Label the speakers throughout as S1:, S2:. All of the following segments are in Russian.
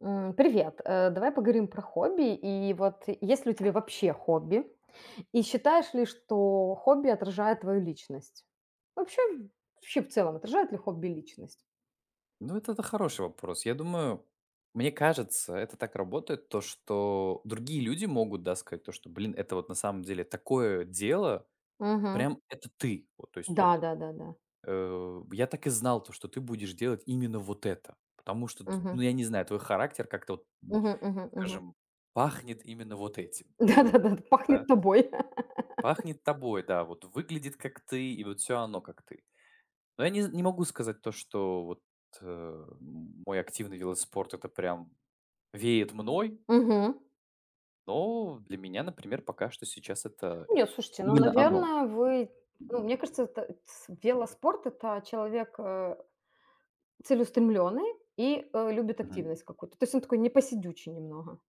S1: Привет. Давай поговорим про хобби. И вот есть ли у тебя вообще хобби? И считаешь ли, что хобби отражает твою личность? Вообще, вообще в целом, отражает ли хобби личность?
S2: Ну, это хороший вопрос. Я думаю, мне кажется, это так работает, то, что другие люди могут, да, сказать то, что, блин, это вот на самом деле такое дело,
S1: Мгм.
S2: прям это ты. Вот, то есть
S1: Да,
S2: вот
S1: да, да, да.
S2: я так и знал то, что ты будешь делать именно вот это, потому что, тут,
S1: Мгм.
S2: ну, я не знаю, твой характер как-то, вот,
S1: Мгм, мгм, мгм.
S2: скажем, пахнет именно вот этим,
S1: Да,
S2: назовем,
S1: да, да,
S2: да?
S1: пахнет тобой.
S2: Пахнет тобой, да, вот выглядит как ты, и вот все оно как ты. Но я не могу сказать то, что вот э, мой активный велоспорт это прям веет мной,
S1: Мгм.
S2: но для меня, например, пока что сейчас это
S1: Нет, слушайте, ну,
S2: именно оно.
S1: наверное, вы... Ну, мне кажется, это, велоспорт– это человек целеустремленный и любит
S2: Мгм.
S1: активность какую-то. То есть он такой непосидючий немного.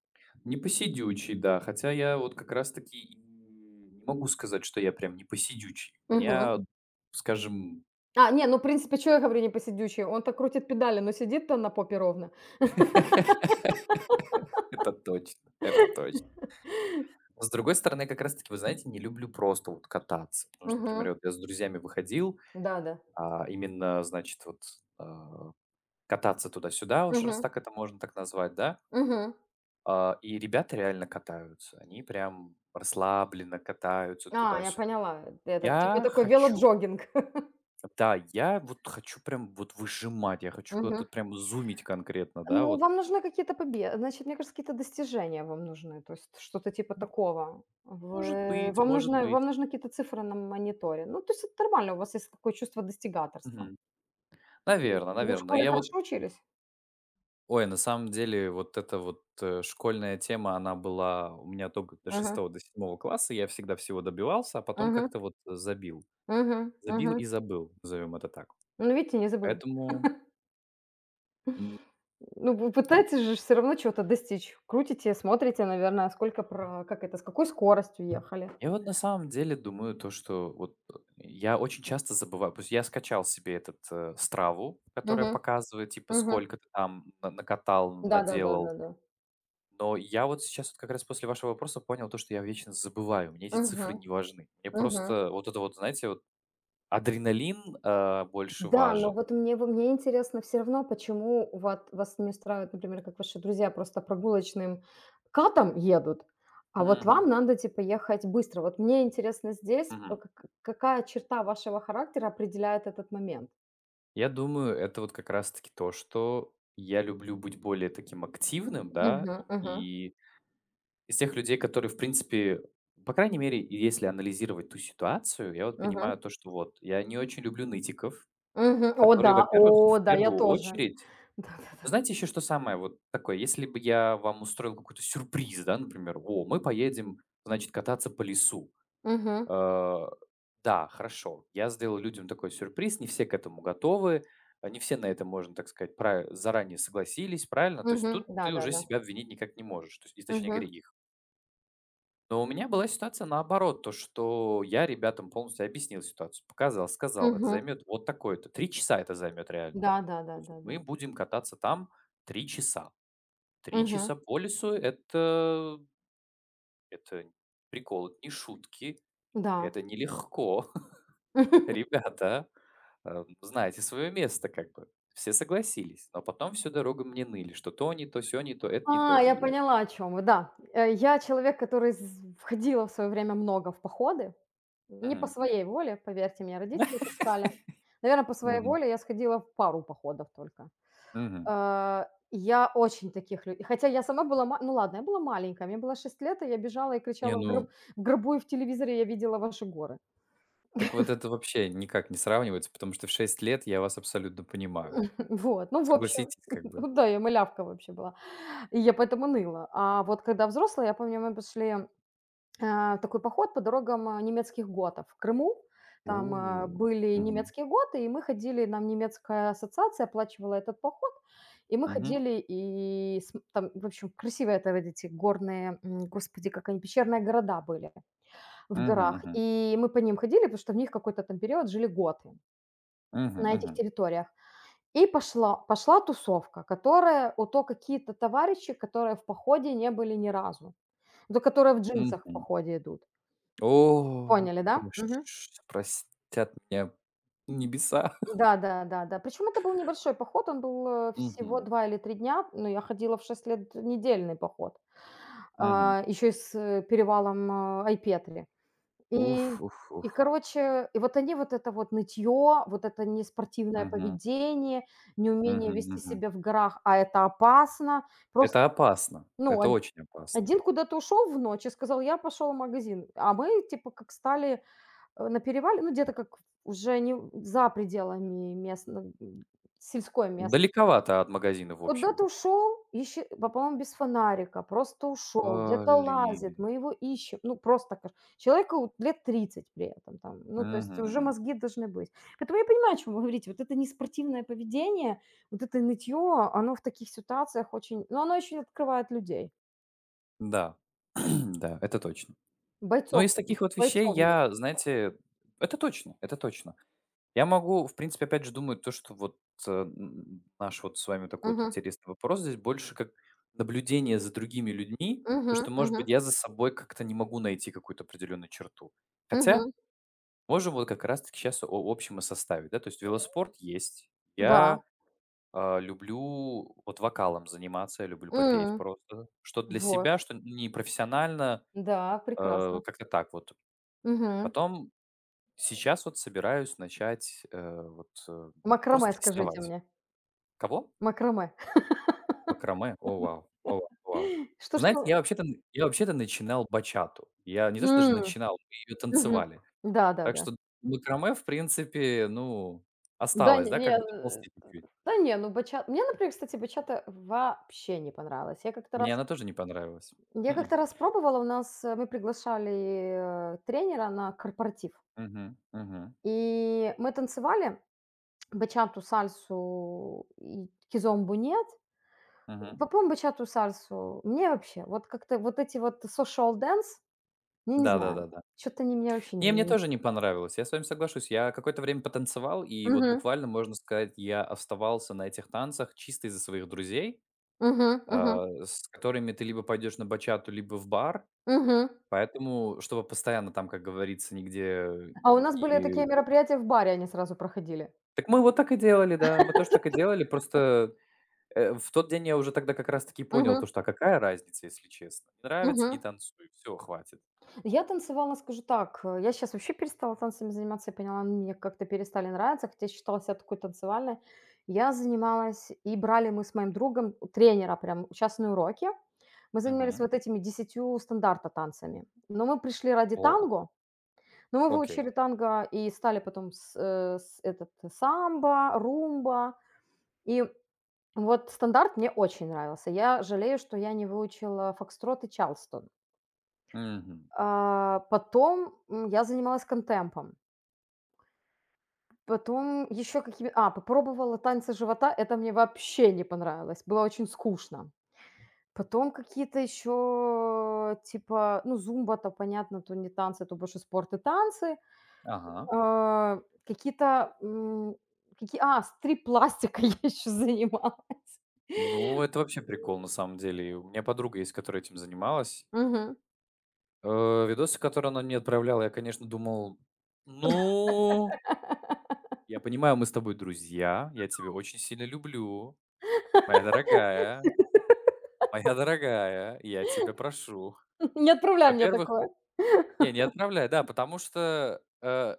S2: Не посидючий, да, хотя я вот как раз-таки и не могу сказать, что я прям не посидючий. У меня, скажем
S1: А, не, ну, в принципе, чё я говорю не посидючий? Он-то крутит педали, но сидит-то на попе ровно.
S2: Это точно, это точно. Но с другой стороны, я как раз-таки, вы знаете, не люблю просто вот кататься. Потому что, например,
S1: Мгм.
S2: вот я с друзьями выходил,
S1: Да-да.
S2: а именно, значит, вот, а, кататься туда-сюда, уж раз
S1: Мгм.
S2: так это можно так назвать, да.
S1: Мгм.
S2: А, и ребята реально катаются. Они прям расслабленно катаются
S1: А, я
S2: туда-сюда.
S1: поняла. Это типа
S2: Я
S1: такой
S2: хочу
S1: велоджогинг.
S2: да, я вот хочу прям вот выжимать, я хочу
S1: Мгм.
S2: куда-то прям зумить конкретно, да,
S1: Ну,
S2: вот.
S1: вам нужны какие-то победы, значит, мне кажется, какие-то достижения вам нужны, то есть что-то типа такого.
S2: Может
S1: Вы
S2: быть, может быть.
S1: вам нужны какие-то цифры на мониторе. Ну, то есть это нормально, у вас есть такое чувство достигаторства.
S2: Мгм. Наверно,
S1: Вы в
S2: наверно.
S1: школе
S2: Я вот
S1: хорошо учились?
S2: ой, на самом деле вот эта вот, школьная тема, она была у меня только до
S1: Мгм.
S2: шестого до седьмого класса. Я всегда всего добивался, а потом
S1: Мгм.
S2: как-то вот забил.
S1: Мгм.
S2: Забил
S1: Мгм.
S2: и забыл, назовем это так.
S1: Ну, видите, не забыли.
S2: Поэтому, м,
S1: Ну, вы
S2: да.
S1: пытаетесь же все равно чего-то достичь. Крутите, смотрите, наверное, сколько про как это, с какой скоростью ехали.
S2: Я вот на самом деле думаю то, что вот я очень часто забываю. То есть я скачал себе этот Страву, которая
S1: Мгм,
S2: показывает, типа,
S1: мгм.
S2: сколько ты там накатал, наделал.
S1: Да-да-да-да-да.
S2: Но я вот сейчас вот как раз после вашего вопроса понял то, что я вечно забываю. Мне эти цифры
S1: Мгм,
S2: не важны. Мне
S1: мгм.
S2: просто вот это вот, знаете, вот адреналин больше
S1: Да, но
S2: важен.
S1: вот мне во мне интересно все равно, почему вот вас не устраивает, например, как ваши друзья просто прогулочным катом едут, а вот
S2: Мгм.
S1: вам надо, типа, ехать быстро. Вот мне интересно здесь, э,
S2: Мгм.
S1: к какая черта вашего характера определяет этот момент?
S2: Я думаю, это вот как раз-таки то, что я люблю быть более таким активным,
S1: Мгм,
S2: да,
S1: мгм,
S2: и из тех людей, которые, в принципе, по крайней мере, если анализировать ту ситуацию, я вот
S1: мгм,
S2: понимаю то, что вот я не очень люблю нытиков,
S1: мгм.
S2: которые,
S1: О
S2: во-первых, в
S1: да, я
S2: первую
S1: тоже.
S2: очередь ну,
S1: Да-да-да.
S2: знаете, еще что самое вот такое? Если бы я вам устроил какой-то сюрприз, да, например: "О, мы поедем, значит, кататься по лесу".
S1: Мгм.
S2: Э, да, хорошо, я сделал людям такой сюрприз, не все к этому готовы, не все на это, можно так сказать, пра заранее согласились, правильно? То есть
S1: Мгм.
S2: тут ты уже
S1: Да-да-да.
S2: себя обвинить никак не можешь, то есть и, точнее
S1: Мгм.
S2: говоря, их. Но у меня была ситуация наоборот, то, что я ребятам полностью объяснил ситуацию, показал, сказал, это
S1: Мгм.
S2: займет вот такое-то, 3 часа это займет реально. То есть
S1: Да-да-да-да-да.
S2: мы будем кататься там 3 часа. Три
S1: Мгм.
S2: часа по лесу это прикол, это не шутки,
S1: Да.
S2: это нелегко. Ребята, знаете свое место как бы. Все согласились, но потом всю дорогу мне ныли, что то не то, сё не то, это не то.
S1: А,
S2: И
S1: я
S2: я
S1: поняла, о чем вы. Да, я человек, который з входила в свое время много в походы. Не по
S2: мгм.
S1: своей воле, поверьте, мне, родители таскали. Наверное, по своей
S2: Мгм.
S1: воле я сходила в пару походов только.
S2: Мгм.
S1: Э, я очень таких лю хотя я сама была ма ну ладно, я была маленькая, мне было 6 лет, и я бежала и
S2: Не,
S1: кричала:
S2: ну
S1: В гробу и в телевизоре я видела ваши горы".
S2: Так вот это вообще никак не сравнивается, потому что в 6 лет я вас абсолютно понимаю.
S1: Вот, ну, в общем,
S2: Согласитесь, как
S1: ну
S2: бы.
S1: да, я малявка вообще была, и я поэтому ныла. А вот когда взрослая, я помню, мы пошли, в такой поход по дорогам, немецких готов в Крыму. Там,
S2: У.
S1: были
S2: Мгм.
S1: немецкие готы, и мы ходили, нам немецкая ассоциация оплачивала этот поход, и мы
S2: Мгм.
S1: ходили и см там, в общем, красивые это вот эти горные, господи, как они, пещерные города были в
S2: Мгм.
S1: горах.
S2: Мгм.
S1: И мы по ним ходили, потому что в них какой-то там период жили готы на этих
S2: Мгм.
S1: территориях. И пошла тусовка, которая у то какие-то товарищи, которые в походе не были ни разу. Ну, то которые в
S2: Мгм.
S1: джинсах в
S2: Мгм.
S1: походе идут.
S2: О,
S1: Поняли, да?
S2: прош
S1: Мгм.
S2: простят меня небеса.
S1: Да-да-да-да. Причем это был небольшой поход, он был, всего
S2: Мгм.
S1: 2 или 3 дня, но я ходила в 6 лет недельный поход,
S2: Мгм.
S1: еще и с, перевалом, Айпетри.
S2: Уф,
S1: И
S2: уф,
S1: и
S2: уф.
S1: короче, и вот они вот это вот нытье, вот это неспортивное
S2: Мгм.
S1: поведение, неумение
S2: Мгм.
S1: вести
S2: Мгм.
S1: себя в горах, а это опасно,
S2: Это
S1: просто,
S2: опасно.
S1: ну,
S2: Это очень опасно.
S1: Один куда-то ушел в ночь и сказал: "Я пошел в магазин". А мы типа как стали, на перевале, ну, где-то как уже не в за пределами сельской местности.
S2: Далековато от магазина, в общем.
S1: Куда-то ушел, ищи по по-моему, без фонарика, просто ушел, где-то
S2: Блин.
S1: лазит, мы его ищем. Ну, просто каж человеку вот лет 30, при этом там, ну, то есть
S2: Мгм.
S1: уже
S2: Мгм.
S1: мозги должны быть. Поэтому я понимаю, о чём вы говорите. Вот это неспортивное поведение, вот это нытье, оно в таких ситуациях очень, ну, оно очень открывает людей,
S2: Да. Да, это точно. Но
S1: бойцов
S2: из таких вот вещей
S1: бойцов нет.
S2: я, знаете, это точно, это точно. Я могу, в принципе, опять же, думаю, то, что вот наш вот с вами такой вот
S1: Мгм.
S2: интересный вопрос здесь больше как наблюдение за другими людьми,
S1: Мгм.
S2: потому что, может
S1: Мгм.
S2: быть, я за собой как-то не могу найти какую-то определенную черту. Хотя
S1: Мгм.
S2: можем вот как раз-таки сейчас о общем и составе, да, то есть велоспорт есть,
S1: Да.
S2: я люблю вот вокалом заниматься, я люблю попеть
S1: М.
S2: просто, что для
S1: Вот.
S2: себя, что не профессионально,
S1: Да, прекрасно.
S2: как-то так вот.
S1: Мгм.
S2: Потом Сейчас вот собираюсь начать, вот,
S1: Макраме,
S2: просто
S1: скажите
S2: рисовать.
S1: мне.
S2: Кого?
S1: Макраме.
S2: Макраме? О, вау, о, вау, о, вау.
S1: Что
S2: Знаете,
S1: что?
S2: я вообще-то начинал бачату. Я не то что даже
S1: М.
S2: начинал, мы её
S1: Мгм.
S2: танцевали. Так
S1: Да-да-да.
S2: что макраме, в принципе, ну,
S1: Да да. Да,
S2: осталось,
S1: не
S2: да,
S1: не,
S2: как бы доползти чуть-чуть.
S1: да не, ну бачат мне, например, кстати, бачата вообще не понравилась. Я как-то раз
S2: Мне она тоже не понравилась.
S1: я
S2: М.
S1: как-то раз пробовала, у нас, мы приглашали, тренера на корпоратив,
S2: Мгм, мгм,
S1: и мы танцевали бачату, сальсу и кизомбу нет.
S2: мгм.
S1: Попробуем бачату, сальсу. Мне вообще вот как-то вот эти вот social dance, я не знаю,
S2: Да-да-да-да.
S1: что то они меня вообще
S2: Не, мне
S1: не
S2: тоже не понравилось. Я с вами соглашусь. Я какое-то время потанцевал, и вот
S1: Мгм,
S2: буквально, можно сказать, я оставался на этих танцах чисто из-за своих друзей,
S1: мгм, мгм,
S2: с которыми ты либо пойдешь на бачату, либо в бар.
S1: мгм.
S2: Поэтому, чтобы постоянно там, как говорится, нигде
S1: А у нас были такие
S2: не...
S1: мероприятия в баре, они сразу проходили.
S2: Так мы вот так и делали, да, мы тоже так и делали, просто в тот день я уже тогда как раз-таки понял
S1: Мгм,
S2: то, что а какая разница, если честно. Не нравится, не
S1: мгм.
S2: танцуй, все, хватит.
S1: Я танцевала, скажу так, я сейчас вообще перестала танцами заниматься, я поняла, они мне как-то перестали нравиться, хотя я считала себя такой танцевальной. Я занималась и брали мы с моим другом у тренера прям частные уроки. Мы занимались
S2: Мгм.
S1: вот этими 10 стандарта танцами, но мы пришли ради
S2: О,
S1: танго. Но мы
S2: окей.
S1: выучили танго и стали потом с этот самбо, румба. И вот стандарт мне очень нравился. Я жалею, что я не выучила фокстрот и чалстон.
S2: Мгм.
S1: А, потом, я занималась контемпом. Потом еще попробовала танцы живота. Это мне вообще не понравилось. Было очень скучно. Потом какие-то еще, типа, ну, зумба-то, понятно, то не танцы, то больше спорт и танцы.
S2: Ага.
S1: А, какие-то, стрип-пластикой я еще занималась.
S2: Ну, это вообще прикол, на самом деле. И у меня подруга есть, которая этим занималась.
S1: Мгм.
S2: Видосы, которые она мне отправляла, я, конечно, думал, ну, я понимаю, мы с тобой друзья, я тебя очень сильно люблю, моя дорогая, моя дорогая, я тебя прошу.
S1: Не отправляй мне
S2: Во-первых,
S1: такое.
S2: не отправляй, да, потому что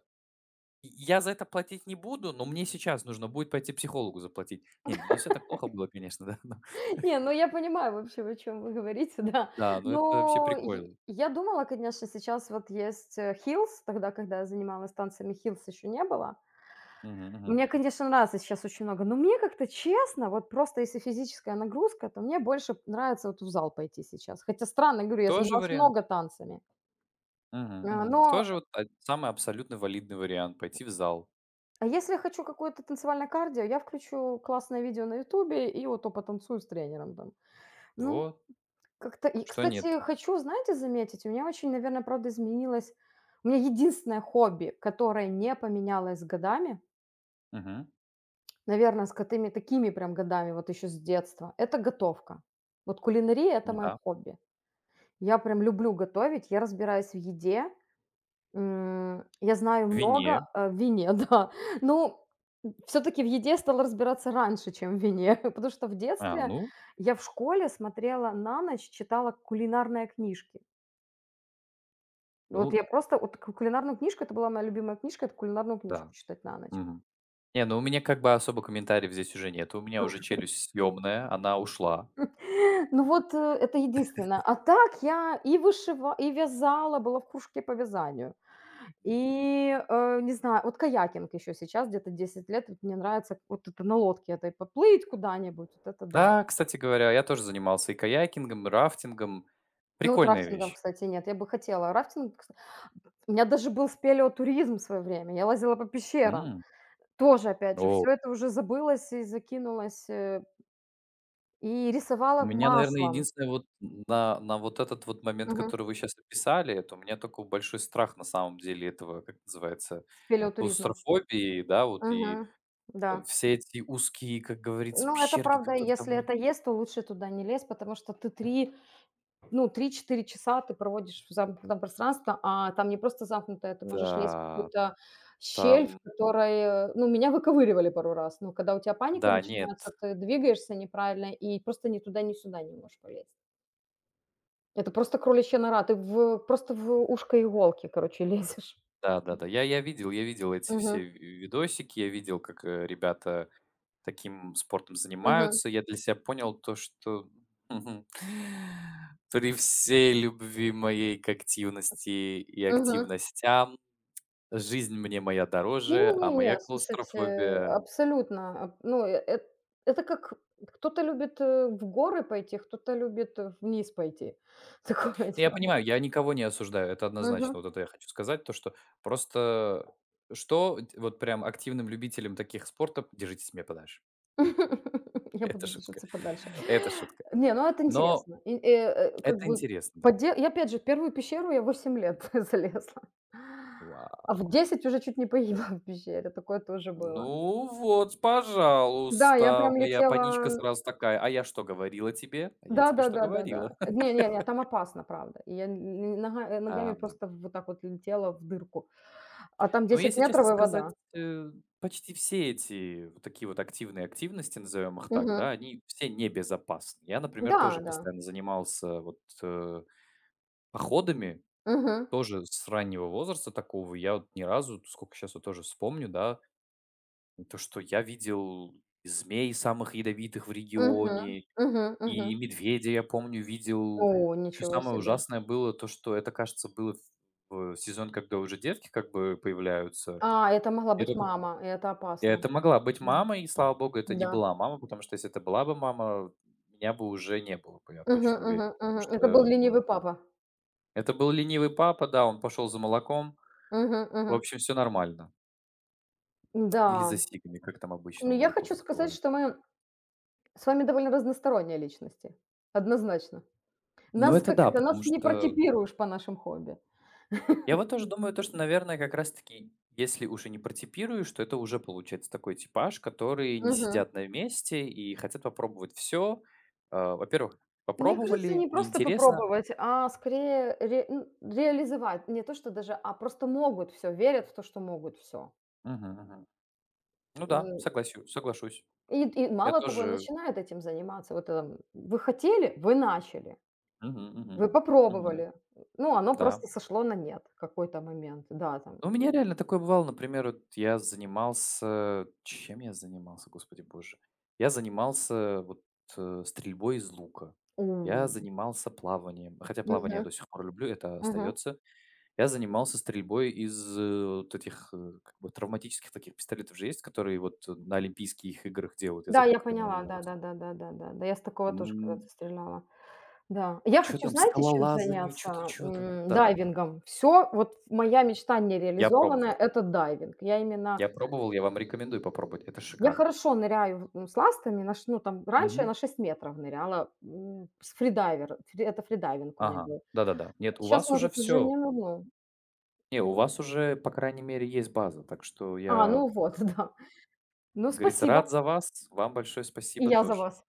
S2: я за это платить не буду, но мне сейчас нужно будет пойти психологу заплатить. Не, ну не все так плохо было, конечно,
S1: Не, ну я понимаю, вообще, о чем вы говорите, да.
S2: да, но это вообще
S1: Но я
S2: прикольно.
S1: я думала, конечно, сейчас вот есть, "Хилс", тогда, когда я занималась танцами, "Хилс" еще не было.
S2: Мгм, мгм.
S1: Мне, конечно, нравится сейчас очень много, но мне как-то, честно, вот просто если физическая нагрузка, то мне больше нравится вот в зал пойти сейчас. Хотя странно, говорю, я
S2: Тоже
S1: занималась
S2: вариант.
S1: много танцами,
S2: Мгм,
S1: а,
S2: мгм.
S1: но
S2: Тоже вот самый абсолютно валидный вариант — пойти в зал.
S1: А если я хочу какое-то танцевальное кардио, я включу классное видео на "Ютубе" и вот то потанцую с тренером там. Ну,
S2: Вот,
S1: как-то и,
S2: что нет
S1: кстати, хочу, знаете, заметить, у меня очень, наверное, правда изменилось у меня единственное хобби, которое не поменялось с годами,
S2: Мгм.
S1: наверное, с котыми такими прям годами, вот еще с детства- это готовка. Вот кулинария- это моё
S2: Да.
S1: хобби. Я прям люблю готовить, я разбираюсь в еде. Я знаю
S2: В
S1: много
S2: вине.
S1: о вине, да. Ну, все таки в еде стала разбираться раньше, чем в вине, потому что в
S2: А,
S1: детстве
S2: ну
S1: я в школе смотрела на ночь, читала кулинарные книжки. Вот
S2: ну
S1: я просто вот ку кулинарную книжку, это была моя любимая книжка, это кулинарную книжку
S2: да.
S1: читать на ночь.
S2: Мгм. Не, ну у меня как бы особо комментариев здесь уже нет. У меня уже челюсть съемная, она ушла.
S1: Ну вот, это единственное. А так я и вышивала, и вязала, была в кружке по вязанию. И, не знаю, вот каякинг еще сейчас, где-то 10 лет, вот мне нравится вот это на лодке этой поплыть куда-нибудь, вот это да.
S2: Да, кстати говоря, я тоже занимался и каякингом, и рафтингом.
S1: Ну, вот
S2: Прикольная
S1: рафтингом,
S2: вещь.
S1: кстати, нет, я бы хотела. Рафтинг, кс у меня даже был спелеотуризм в свое время, я лазила по пещерам.
S2: М.
S1: Тоже, опять же,
S2: О,
S1: все это уже забылось и закинулось, и рисовала
S2: у меня, наверное,
S1: маслом.
S2: единственное вот на вот этот вот момент,
S1: Мгм.
S2: который вы сейчас описали, это у меня тока большой страх на самом деле этого, как называется
S1: Спелеотуризма.
S2: Клаустрофобии, да, вот и,
S1: Мгм. Да.
S2: все эти узкие, как говорится,
S1: Ну, это
S2: пещерки,
S1: правда,
S2: которые
S1: если
S2: там и
S1: это есть, то лучше туда не лезь, потому что ты 3. Ну, 3-4 часа ты проводишь в замкнутом пространстве, а там не просто замкнутое, ты можешь лезть в
S2: Да,
S1: какую-то щель, в
S2: там
S1: которой ну, меня выковыривали пару раз. Ну, когда у тебя паника
S2: Да, нет.
S1: начинается, ты двигаешься неправильно и просто ни туда, ни сюда не можешь полезть. Это просто кроличья нора, ты в просто в ушко иголки, короче, лезешь.
S2: Да-да-да. Я видел эти
S1: Мгм,
S2: все ви видосики, я видел, как, ребята таким спортом
S1: мгм,
S2: занимаются. Я для себя понял то, что, при всей любви моей к активности и
S1: мгм.
S2: активностям, жизнь мне моя дороже, а моя
S1: Не-не-не-не, слушайте,
S2: клаустрофобия
S1: абсолютно. Аб Ну, э, эт это как кто-то любит, в горы пойти, кто-то любит, вниз пойти. Такое
S2: Я
S1: дело.
S2: понимаю, я никого не осуждаю, это однозначно.
S1: Мгм.
S2: Вот это я хочу сказать, то что просто что т вот прям активным любителям таких спортов держитесь меня подальше.
S1: Я
S2: Это
S1: буду
S2: шутка,
S1: держаться подальше.
S2: это шутка.
S1: Не, ну это
S2: Но
S1: интересно. И, как
S2: это
S1: бы
S2: интересно, да.
S1: поде я опять же в 1 пещеру я 8 лет залезла, а
S2: Вау.
S1: в 10 уже чуть не погибла в пещере, такое тоже было.
S2: Ну вот,
S1: Да, я
S2: пожалуйста,
S1: прям
S2: моя
S1: летела.
S2: паничка сразу такая: "А я что говорила тебе? А я тебе что
S1: Да-да-да-да-да.
S2: говорила?"
S1: Не не не, там опасно, правда. И я ногами
S2: Да, да.
S1: просто вот так вот летела в дырку. А там
S2: Но
S1: 10
S2: если честно
S1: метров и
S2: сказать,
S1: вода.
S2: э, почти все эти вот такие вот активные активности, назовем их так,
S1: Мгм.
S2: да, они все небезопасны. Я, например,
S1: Да,
S2: тоже
S1: да.
S2: постоянно занимался вот походами,
S1: Мгм.
S2: тоже с раннего возраста такого. Я вот ни разу, сколько сейчас вот тоже вспомню, да, то, что я видел и змей самых ядовитых в
S1: Мгм.
S2: регионе,
S1: Мгм. Мгм.
S2: и медведя, я помню, видел.
S1: О,
S2: Еще
S1: ничего
S2: самое
S1: себе.
S2: ужасное было то, что это, кажется, было в сезон, когда уже детки как бы появляются.
S1: А, это могла
S2: Я
S1: быть
S2: только
S1: мама, и это опасно.
S2: Это могла быть
S1: Мгм.
S2: мама, и слава богу, это не
S1: Да.
S2: была мама, потому что если это была бы мама, меня бы уже не было бы, я
S1: Мгм.
S2: точно уверен.
S1: Мгм.
S2: Потому
S1: Мгм. Это был
S2: что, ну,
S1: ленивый папа.
S2: это был ленивый папа, да, он пошел за молоком.
S1: Мгм.
S2: В
S1: Мгм.
S2: общем, все нормально. Или за
S1: Да.
S2: сигами, как там обычно
S1: Ну,
S2: у
S1: я
S2: мужиков
S1: хочу
S2: это
S1: сказать,
S2: бывает.
S1: что мы с вами довольно разносторонние личности. Однозначно.
S2: Ну,
S1: Нас
S2: это
S1: как
S2: да,
S1: это,
S2: потому
S1: нас не
S2: что
S1: протипируешь по нашим хобби.
S2: я вот тоже думаю, то, что, наверное, как раз таки, если уже не протипируешь, что это уже получается такой типаж, которые не
S1: Мгм.
S2: сидят на месте и хотят попробовать все. Во-первых,
S1: Мне кажется,
S2: попробовали,
S1: не просто
S2: неинтересно.
S1: попробовать, а скорее ре ну, реализовать. Не то, что даже, а просто могут все, верят в то, что могут все.
S2: Мгм, мгм. Ну да, согласю соглашусь.
S1: И
S2: Я
S1: мало того,
S2: тоже
S1: начинают этим заниматься. Вот, вы начали,
S2: Мгм, мгм,
S1: вы
S2: мгм.
S1: попробовали. Ну, оно
S2: Да.
S1: просто сошло на нет в какой-то момент. Да, там,
S2: Ну, у меня реально такое бывало, например, вот я занимался чем я занимался, господи боже? Я занимался вот, стрельбой из лука, я
S1: м,
S2: занимался плаванием, хотя плавание я
S1: мгм,
S2: до сих пор люблю, это
S1: мгм.
S2: остается. Я занимался стрельбой из, вот этих, как бы травматических таких пистолетов же есть, которые вот на Олимпийских играх делают, я
S1: Да,
S2: забыл,
S1: я
S2: как они
S1: поняла,
S2: называются.
S1: да-да-да-да-да-да. Да, да, да, да, да. Да, я с такого тоже когда-то
S2: М,
S1: стреляла. Да. Я хочу,
S2: там,
S1: знаете, чем
S2: скалолазание,
S1: заняться?
S2: что то Да-да.
S1: Дайвингом. Все, вот моя мечта не
S2: Я
S1: реализованная-
S2: пробовал.
S1: это дайвинг.
S2: Я пробовал, я вам рекомендую попробовать. Это
S1: Я
S2: шикарно.
S1: хорошо ныряю, с ластами, на ш ну, там, раньше я
S2: Мгм.
S1: на 6 метров ныряла, с фридайвер, фри это фридайвинг у меня
S2: Ага.
S1: был.
S2: Да-да-да. Нет, у
S1: Сейчас,
S2: вас уже
S1: может, уже
S2: все.
S1: не нырну.
S2: Не, у вас уже, по крайней мере, есть база, так что
S1: А,
S2: я,
S1: ну вот, да. Ну,
S2: как говорится,
S1: спасибо.
S2: рад за вас. Вам большое
S1: И
S2: спасибо
S1: я за
S2: тоже.
S1: вас.